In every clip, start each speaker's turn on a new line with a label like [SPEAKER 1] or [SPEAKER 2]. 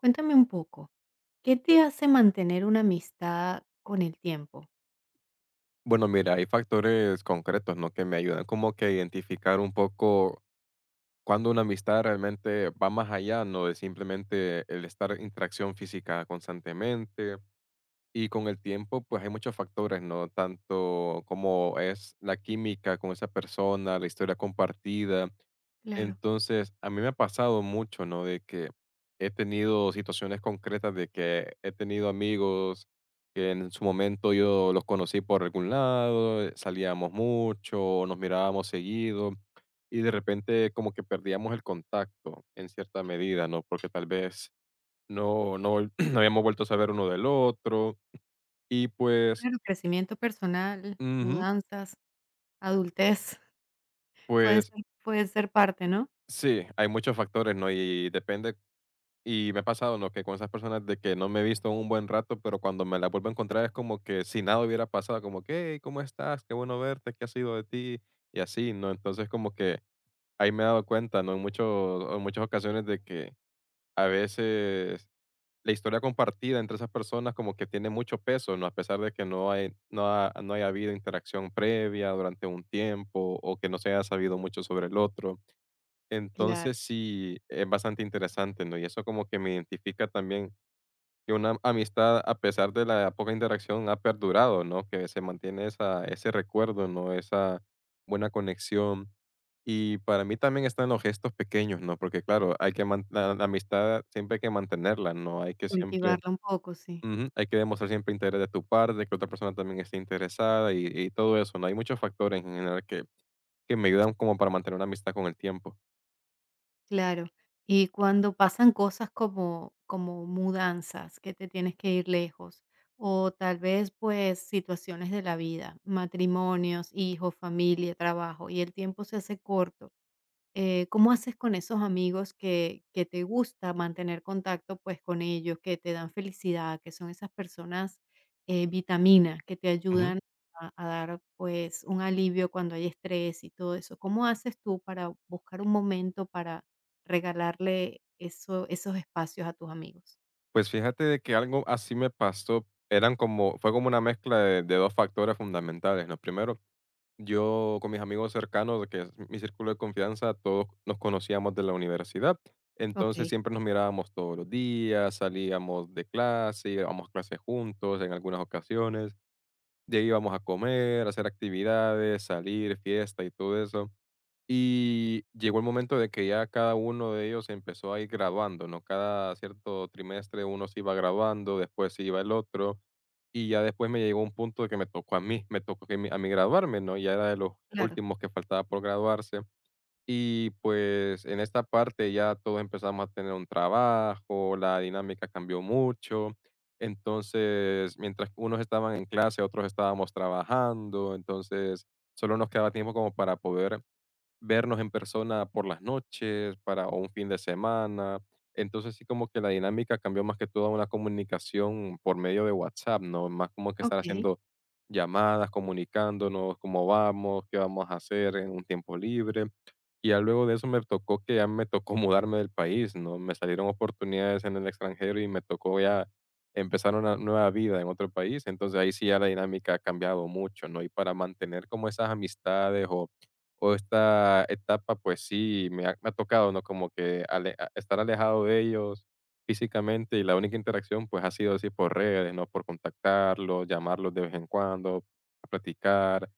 [SPEAKER 1] Cuéntame un poco, ¿qué te hace mantener una amistad con el tiempo?
[SPEAKER 2] Bueno, mira, hay factores concretos, ¿no? Que me ayudan como que a identificar un poco cuando una amistad realmente va más allá, ¿no? De simplemente el estar en interacción física constantemente y con el tiempo, pues hay muchos factores, ¿no? Tanto como es la química con esa persona, la historia compartida.
[SPEAKER 1] Claro.
[SPEAKER 2] Entonces, a mí me ha pasado mucho, ¿no? De que he tenido situaciones concretas de que he tenido amigos que en su momento yo los conocí por algún lado, salíamos mucho, nos mirábamos seguido y de repente como que perdíamos el contacto en cierta medida, ¿no? Porque tal vez no no vol no habíamos vuelto a saber uno del otro. Y pues
[SPEAKER 1] Claro, crecimiento personal,
[SPEAKER 2] ujú,
[SPEAKER 1] mudanzas, adultez, puede
[SPEAKER 2] pues
[SPEAKER 1] ser parte, ¿no?
[SPEAKER 2] sí, hay muchos factores, ¿no? Y depende y me ha pasado, ¿no? Que con esas personas de que no me he visto en un buen rato, pero cuando me las vuelvo a encontrar es como que si nada hubiera pasado, como que: "Hey, ¿cómo estás? Qué bueno verte, ¿qué ha sido de ti?". Y así, ¿no? Entonces, como que ahí me he dado cuenta, ¿no? En muchas ocasiones de que a veces la historia compartida entre esas personas como que tiene mucho peso, ¿no? A pesar de que no hay, no haya habido interacción previa durante un tiempo o que no se haya sabido mucho sobre el otro.
[SPEAKER 1] Claro,
[SPEAKER 2] Entonces sí, es bastante interesante, ¿no? Y eso como que me identifica también que una amistad, a pesar de la poca interacción, ha perdurado, ¿no? Que se mantiene esa, ese recuerdo, ¿no? Esa buena conexión. Y para mí también están los gestos pequeños, ¿no? Porque claro, la amistad siempre hay que mantenerla, ¿no? Hay que siempre
[SPEAKER 1] cultivarla un poco, sí,
[SPEAKER 2] ujú, hay que demostrar siempre interés de tu parte, que otra persona también esté interesada y todo eso, ¿no? Hay muchos factores en general que me ayudan como para mantener una amistad con el tiempo.
[SPEAKER 1] claro. Y cuando pasan cosas como mudanzas, que te tienes que ir lejos, o tal vez, pues, situaciones de la vida, matrimonios, hijos, familia, trabajo, y el tiempo se hace corto. ¿Cómo haces con esos amigos que te gusta mantener contacto pues con ellos, que te dan felicidad, que son esas personas vitamina, que te
[SPEAKER 2] Ujú.
[SPEAKER 1] ayudan a dar pues un alivio cuando hay estrés y todo eso? ¿Cómo haces tú para buscar un momento para regalarle eso, esos espacios a tus amigos?
[SPEAKER 2] Pues fíjate de que algo así me pasó, eran como fue como una mezcla de 2 factores fundamentales, ¿no? Primero, yo con mis amigos cercanos, que es mi círculo de confianza, todos nos conocíamos de la universidad,
[SPEAKER 1] Ok,
[SPEAKER 2] entonces siempre nos mirábamos todos los días, salíamos de clase, íbamos a clase juntos en algunas ocasiones. De ahí íbamos a comer, a hacer actividades, salir, fiesta y todo eso. Y llegó el momento de que ya cada uno de ellos se empezó a ir graduando, ¿no? Cada cierto trimestre uno se iba graduando, después se iba el otro. Y ya después me llegó un punto de que me tocó a mí, me tocó a mí graduarme, ¿no? Ya era de los
[SPEAKER 1] claro,
[SPEAKER 2] últimos que faltaba por graduarse. Y pues en esta parte ya todos empezamos a tener un trabajo, la dinámica cambió mucho. Entonces, mientras unos estaban en clase, otros estábamos trabajando, entonces solo nos quedaba tiempo como para poder vernos en persona por las noches, para o un fin de semana. Entonces sí como que la dinámica cambió más que todo a una comunicación por medio de WhatsApp, ¿no? Más como que estar
[SPEAKER 1] ok,
[SPEAKER 2] haciendo llamadas, comunicándonos, cómo vamos, qué vamos a hacer en un tiempo libre. Y ya luego de eso me tocó mudarme del país, ¿no? Me salieron oportunidades en el extranjero y me tocó ya empezar una nueva vida en otro país. Entonces ahí sí ya la dinámica ha cambiado mucho, ¿no? Y para mantener como esas amistades o esta etapa, pues sí, me ha tocado, ¿no? Como que estar alejado de ellos físicamente y la única interacción, pues ha sido así por redes, ¿no? Por contactarlos, llamarlos de vez en cuando, platicar,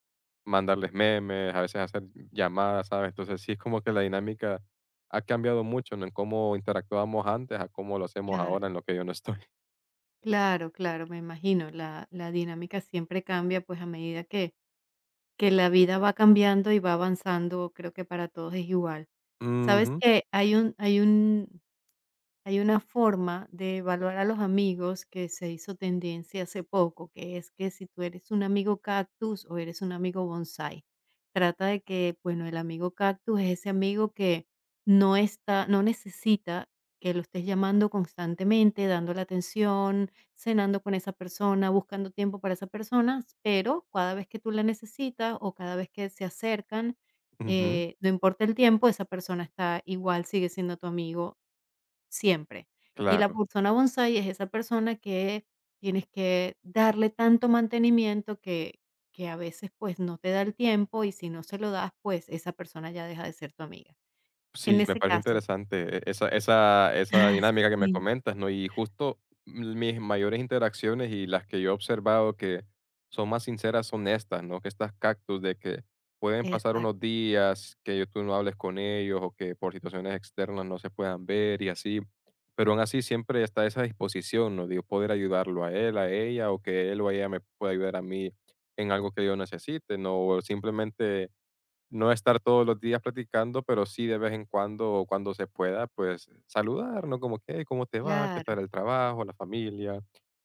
[SPEAKER 2] mandarles memes, a veces hacer llamadas, ¿sabes? Entonces sí es como que la dinámica ha cambiado mucho, ¿no? En cómo interactuábamos antes a cómo lo hacemos
[SPEAKER 1] claro.
[SPEAKER 2] ahora en lo que yo no estoy.
[SPEAKER 1] Claro, claro, me imagino. La dinámica siempre cambia pues a medida que la vida va cambiando y va avanzando, creo que para todos es igual. ¿Sabes
[SPEAKER 2] Ujú,
[SPEAKER 1] que hay un hay una forma de evaluar a los amigos que se hizo tendencia hace poco, que es que si tú eres un amigo cactus o eres un amigo bonsai. Trata de que, bueno, el amigo cactus es ese amigo que no está, no necesita que lo estés llamando constantemente, dando la atención, cenando con esa persona, buscando tiempo para esa persona, pero cada vez que tú la necesitas o cada vez que se acercan,
[SPEAKER 2] ujú,
[SPEAKER 1] no importa el tiempo, esa persona está igual, sigue siendo tu amigo siempre. Y la
[SPEAKER 2] claro.
[SPEAKER 1] persona bonsai es esa persona que tienes que darle tanto mantenimiento que a veces, pues, no te da el tiempo, y si no se lo das, pues, esa persona ya deja de ser tu amiga.
[SPEAKER 2] Sí,
[SPEAKER 1] En
[SPEAKER 2] me
[SPEAKER 1] ese
[SPEAKER 2] parece
[SPEAKER 1] caso
[SPEAKER 2] interesante esa
[SPEAKER 1] ah,
[SPEAKER 2] dinámica que me
[SPEAKER 1] sí,
[SPEAKER 2] comentas, ¿no? Y justo mis mayores interacciones y las que yo he observado que son más sinceras son estas, ¿no? Que estas cactus de que pueden pasar unos
[SPEAKER 1] exacto,
[SPEAKER 2] días que tú no hables con ellos o que por situaciones externas no se puedan ver y así, pero aún así siempre está esa disposición, ¿no? De poder ayudarlo a él, a ella o que él o ella me pueda ayudar a mí en algo que yo necesite, ¿no? O simplemente no estar todos los días platicando, pero sí de vez en cuando, o cuando se pueda, pues saludar, ¿no? Como que: "Hey, ¿cómo te va? ¿Qué
[SPEAKER 1] claro,
[SPEAKER 2] tal el trabajo, la familia?".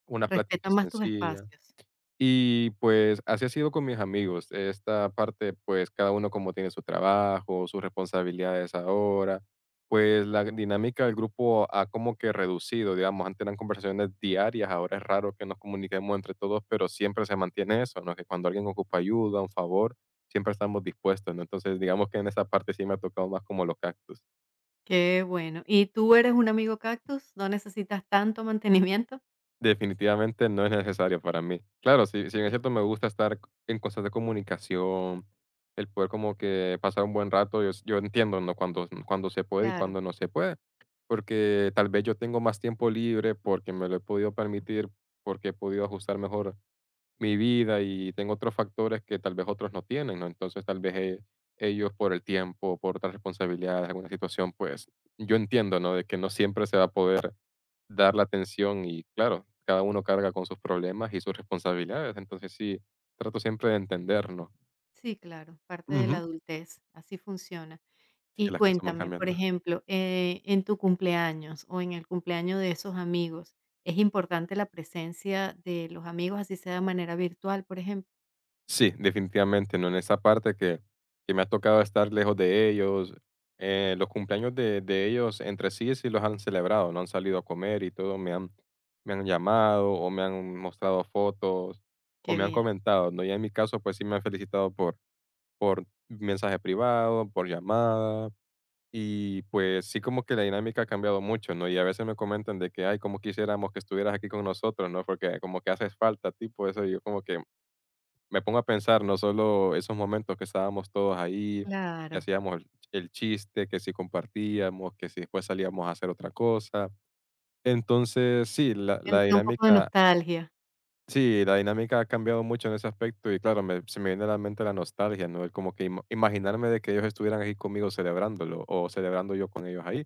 [SPEAKER 2] Una plática
[SPEAKER 1] respeta más tus
[SPEAKER 2] sencilla.
[SPEAKER 1] espacios.
[SPEAKER 2] Y, pues, así ha sido con mis amigos. Esta parte, pues, cada uno como tiene su trabajo, sus responsabilidades ahora, pues, la dinámica del grupo ha como que reducido, digamos, antes eran conversaciones diarias, ahora es raro que nos comuniquemos entre todos, pero siempre se mantiene eso, ¿no? Que cuando alguien ocupa ayuda, un favor, siempre estamos dispuestos, ¿no? Entonces, digamos que en esa parte sí me ha tocado más como los cactus.
[SPEAKER 1] Qué bueno. ¿Y tú eres un amigo cactus? ¿No necesitas tanto mantenimiento?
[SPEAKER 2] Definitivamente no es necesario para mí. Claro, si bien es
[SPEAKER 1] Bueno,
[SPEAKER 2] cierto, me gusta estar en constante comunicación, el poder como que pasar un buen rato, yo entiendo, ¿no? Cuando se puede y
[SPEAKER 1] claro.
[SPEAKER 2] cuando no se puede, porque tal vez yo tengo más tiempo libre porque me lo he podido permitir, porque he podido ajustar mejor mi vida y tengo otros factores que tal vez otros no tienen, ¿no? Entonces tal vez ellos por el tiempo, por otras responsabilidades, alguna situación, pues yo entiendo, ¿no? De que no siempre se va a poder dar la atención y claro, cada uno carga con sus problemas y sus responsabilidades, entonces sí, trato siempre de entendernos.
[SPEAKER 1] Sí, claro, parte de la
[SPEAKER 2] Ujú.
[SPEAKER 1] adultez, así funciona.
[SPEAKER 2] Que
[SPEAKER 1] Y
[SPEAKER 2] las cosas van
[SPEAKER 1] cuéntame, por
[SPEAKER 2] cambiando.
[SPEAKER 1] ejemplo, en tu cumpleaños o en el cumpleaños de esos amigos, ¿es importante la presencia de los amigos, así sea de manera virtual, por ejemplo?
[SPEAKER 2] Sí, definitivamente, ¿no? En esa parte que me ha tocado estar lejos de ellos, los cumpleaños de ellos entre sí, sí los han celebrado, ¿no? Han salido a comer y todo, me han llamado o me han mostrado fotos o
[SPEAKER 1] Qué
[SPEAKER 2] me han
[SPEAKER 1] bien,
[SPEAKER 2] comentado, ¿no? Y en mi caso, pues sí me han felicitado por mensaje privado, por llamada. Y pues sí como que la dinámica ha cambiado mucho, ¿no? Y a veces me comentan de que, ay, como quisiéramos que estuvieras aquí con nosotros, ¿no? Porque como que haces falta, tipo eso, y yo como que me pongo a pensar, no solo esos momentos que estábamos todos ahí, que
[SPEAKER 1] claro.
[SPEAKER 2] hacíamos el chiste, que si compartíamos, que si después salíamos a hacer otra cosa. Entonces, sí, la
[SPEAKER 1] Entra un poco de
[SPEAKER 2] dinámica
[SPEAKER 1] nostalgia,
[SPEAKER 2] sí, la dinámica ha cambiado mucho en ese aspecto y claro, se me viene a la mente la nostalgia, ¿no? El como que imaginarme de que ellos estuvieran ahí conmigo celebrándolo o celebrando yo con ellos ahí.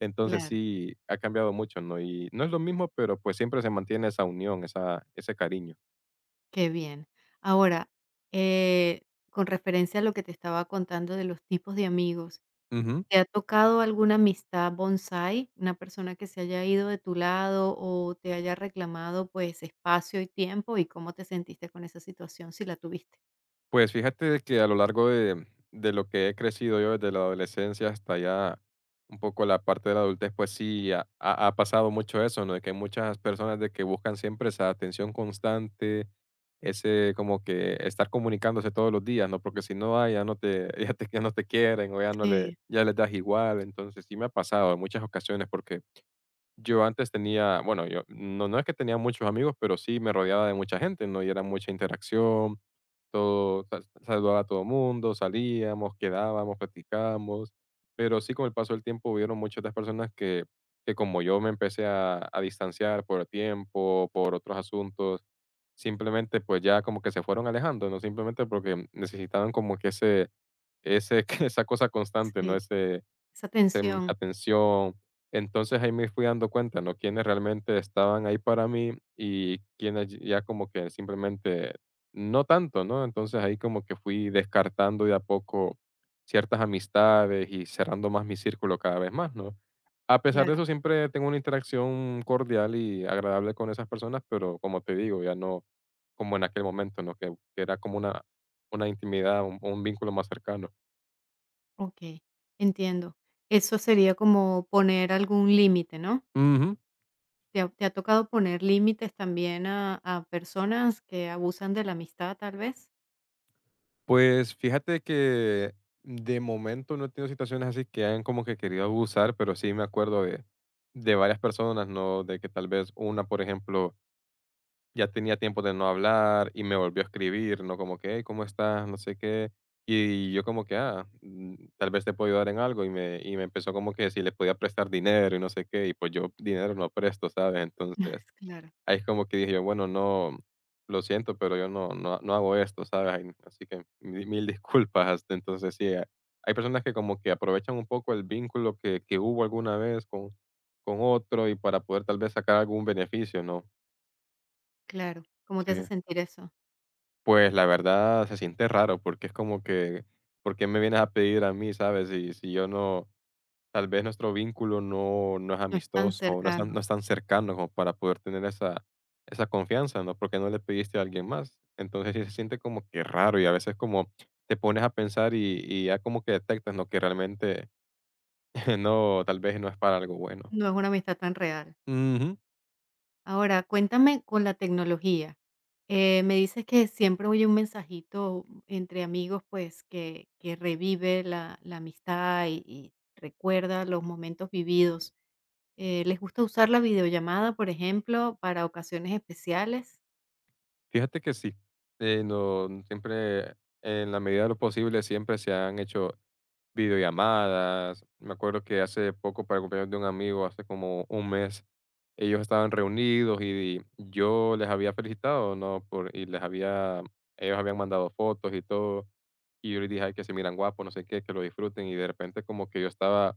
[SPEAKER 2] Entonces
[SPEAKER 1] claro,
[SPEAKER 2] sí, ha cambiado mucho, ¿no? Y no es lo mismo, pero pues siempre se mantiene esa unión, esa, ese cariño.
[SPEAKER 1] qué bien. Ahora, eh, con referencia a lo que te estaba contando de los tipos de amigos,
[SPEAKER 2] Ujú.
[SPEAKER 1] ¿te ha tocado alguna amistad bonsai, una persona que se haya ido de tu lado o te haya reclamado, pues, espacio y tiempo, y cómo te sentiste con esa situación, si la tuviste?
[SPEAKER 2] Pues fíjate de que a lo largo de lo que he crecido yo desde la adolescencia hasta ya un poco la parte de la adultez, pues sí, ha pasado mucho eso, ¿no? De que hay muchas personas de que buscan siempre esa atención constante, ese como que estar comunicándose todos los días, ¿no? Porque si no, hay ya no te, ya te, ya no te quieren o ya no le,
[SPEAKER 1] Sí,
[SPEAKER 2] ya les das igual. Entonces sí me ha pasado en muchas ocasiones porque yo antes tenía, bueno, yo no, no es que tenía muchos amigos, pero sí me rodeaba de mucha gente, ¿no? Y era mucha interacción, todo, saludaba a todo mundo, salíamos, quedábamos, platicábamos, pero sí con el paso del tiempo hubieron muchas de las personas que como yo me empecé a distanciar por tiempo, por otros asuntos, simplemente pues ya como que se fueron alejando, ¿no? Simplemente porque necesitaban como que ese, esa cosa constante, ¿no?
[SPEAKER 1] sí, esa
[SPEAKER 2] Sem
[SPEAKER 1] tensión,
[SPEAKER 2] atención. Entonces, ahí me fui dando cuenta, ¿no? Quienes realmente estaban ahí para mí y quienes ya como que simplemente no tanto, ¿no? Entonces, ahí como que fui descartando de a poco ciertas amistades y cerrando más mi círculo cada vez más, ¿no? A pesar de
[SPEAKER 1] claro,
[SPEAKER 2] eso, siempre tengo una interacción cordial y agradable con esas personas, pero como te digo, ya no como en aquel momento, ¿no? Que era como una intimidad, un vínculo más cercano.
[SPEAKER 1] okey, entiendo. Eso sería como poner algún límite, ¿no?
[SPEAKER 2] Ujú.
[SPEAKER 1] ¿Te ha tocado poner límites también a personas que abusan de la amistad, tal vez?
[SPEAKER 2] Pues fíjate que de momento no he tenido situaciones así que hayan como que querido abusar, pero sí me acuerdo de varias personas, ¿no? De que tal vez una, por ejemplo, ya tenía tiempo de no hablar y me volvió a escribir, ¿no? Como que, hey, ¿cómo estás? No sé qué. Y yo como que, ah, mm, tal vez te puedo ayudar en algo. Y me empezó como que si le podía prestar dinero y no sé qué. Y pues yo dinero no presto, ¿sabes?
[SPEAKER 1] No,
[SPEAKER 2] Entonces
[SPEAKER 1] es claro,
[SPEAKER 2] ahí es como que dije yo, bueno, no, lo siento, pero yo no hago esto, ¿sabes? Ay, así que mi mil disculpas. Hasta entonces, sí, ha hay personas que como que aprovechan un poco el vínculo que hubo alguna vez con otro y para poder tal vez sacar algún beneficio, ¿no?
[SPEAKER 1] claro. ¿Cómo te hace
[SPEAKER 2] Sí.
[SPEAKER 1] sentir eso?
[SPEAKER 2] Pues, la verdad se siente raro, porque es como que, ¿por qué me vienes a pedir a mí, sabes? Si yo no. Tal vez nuestro vínculo no es
[SPEAKER 1] No es tan
[SPEAKER 2] amistoso, o no es tan
[SPEAKER 1] cercano,
[SPEAKER 2] no es tan cercano como para poder tener esa esa confianza, ¿no? Porque no le pediste a alguien más. Entonces, sí se siente como que raro, y a veces como te pones a pensar y ya como que detectas, ¿no? Que realmente no, tal vez no es para algo bueno.
[SPEAKER 1] no es una amistad tan real.
[SPEAKER 2] Ujú.
[SPEAKER 1] Ahora, cuéntame con la tecnología. Me dices que siempre oye un mensajito entre amigos, pues que revive la amistad y recuerda los momentos vividos. ¿Les gusta usar la videollamada, por ejemplo, para ocasiones especiales?
[SPEAKER 2] Fíjate que sí, no siempre, en la medida de lo posible, siempre se han hecho videollamadas. Me acuerdo que hace poco, para el cumpleaños de un amigo, hace como un mes, ellos estaban reunidos y yo les había felicitado, ¿no? Por, y les había, ellos habían mandado fotos y todo. Y yo les dije, ay, que se miran guapos, no sé qué, que lo disfruten. Y de repente como que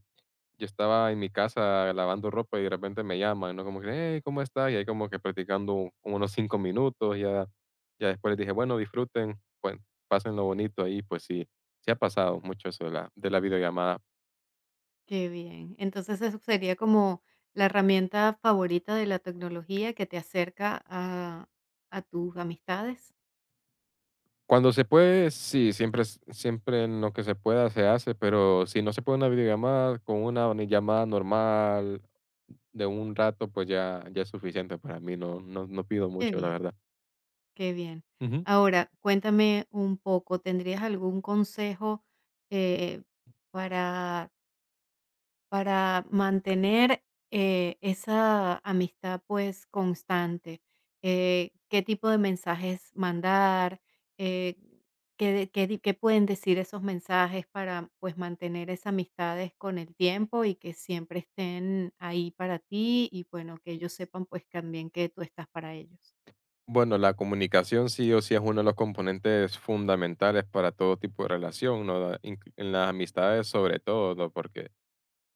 [SPEAKER 2] yo estaba en mi casa lavando ropa y de repente me llaman, ¿no? Como que, hey, ¿cómo estás? Y ahí como que practicando como unos 5 minutos, ya, ya después les dije, bueno, disfruten, pues, pasen lo bonito ahí, pues sí, se ha pasado mucho eso de la videollamada.
[SPEAKER 1] Qué bien. Entonces eso sería como la herramienta favorita de la tecnología que te acerca a tus amistades.
[SPEAKER 2] Cuando se puede, sí, siempre, siempre en lo que se pueda se hace, pero si no se puede una videollamada, con una llamada normal de un rato, pues ya, ya es suficiente para mí, no, no, no pido
[SPEAKER 1] Qué
[SPEAKER 2] mucho, la
[SPEAKER 1] bien.
[SPEAKER 2] verdad.
[SPEAKER 1] Qué bien.
[SPEAKER 2] Ujú.
[SPEAKER 1] Ahora, cuéntame un poco, ¿tendrías algún consejo eh, para, para mantener esa amistad pues constante? ¿Qué tipo de mensajes mandar? Eh, ¿Qué, qué qué pueden decir esos mensajes para pues mantener esas amistades con el tiempo y que siempre estén ahí para ti y bueno, que ellos sepan pues también que tú estás para ellos?
[SPEAKER 2] Bueno, la comunicación sí o sí es uno de los componentes fundamentales para todo tipo de relación, ¿no? En las amistades sobre todo, ¿no? Porque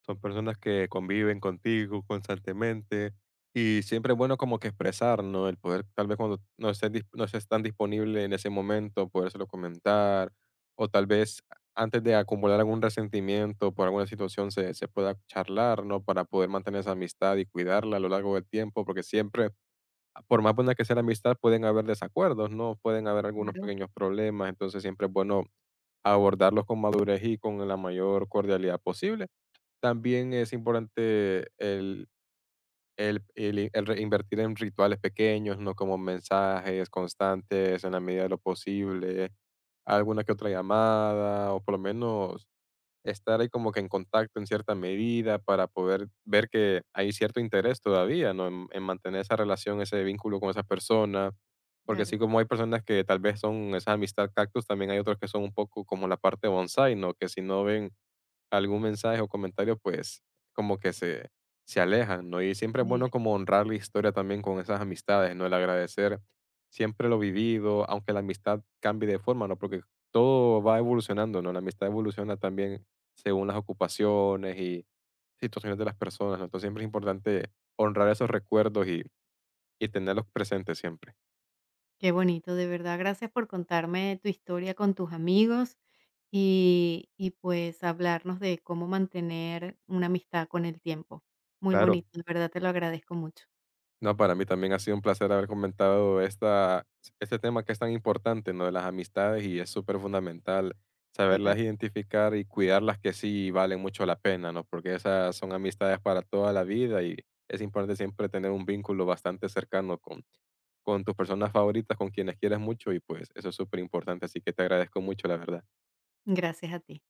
[SPEAKER 2] son personas que conviven contigo constantemente y siempre es bueno como que expresar, ¿no? El poder, tal vez cuando no estés, no estés tan disponible en ese momento, podérselo comentar o tal vez antes de acumular algún resentimiento por alguna situación se pueda charlar, ¿no? Para poder mantener esa amistad y cuidarla a lo largo del tiempo, porque siempre por más buena que sea la amistad, pueden haber desacuerdos, ¿no? Pueden haber algunos
[SPEAKER 1] Claro.
[SPEAKER 2] pequeños problemas, entonces siempre es bueno abordarlos con madurez y con la mayor cordialidad posible. También es importante el invertir en rituales pequeños, ¿no? Como mensajes constantes en la medida de lo posible, alguna que otra llamada, o por lo menos estar ahí como que en contacto en cierta medida para poder ver que hay cierto interés todavía, ¿no? En mantener esa relación, ese vínculo con esa persona. Porque así
[SPEAKER 1] Claro.
[SPEAKER 2] como hay personas que tal vez son esa amistad cactus, también hay otros que son un poco como la parte bonsai, ¿no? Que si no ven algún mensaje o comentario, pues como que se alejan, ¿no? Y siempre es bueno como honrar la historia también con esas amistades, ¿no? El agradecer siempre lo vivido, aunque la amistad cambie de forma, ¿no? Porque todo va evolucionando, ¿no? La amistad evoluciona también según las ocupaciones y situaciones de las personas, ¿no? Entonces siempre es importante honrar esos recuerdos y tenerlos presentes siempre.
[SPEAKER 1] Qué bonito, de verdad. Gracias por contarme tu historia con tus amigos y pues hablarnos de cómo mantener una amistad con el tiempo. Muy
[SPEAKER 2] Claro,
[SPEAKER 1] bonito, de verdad te lo agradezco mucho.
[SPEAKER 2] no, para mí también ha sido un placer haber comentado esta, este tema que es tan importante, ¿no? De las amistades, y es súper fundamental
[SPEAKER 1] Total.
[SPEAKER 2] saberlas identificar y cuidarlas, que sí valen mucho la pena, ¿no? Porque esas son amistades para toda la vida y es importante siempre tener un vínculo bastante cercano con tus personas favoritas, con quienes quieres mucho y pues eso es súper importante. Así que te agradezco mucho, la verdad.
[SPEAKER 1] Gracias a ti.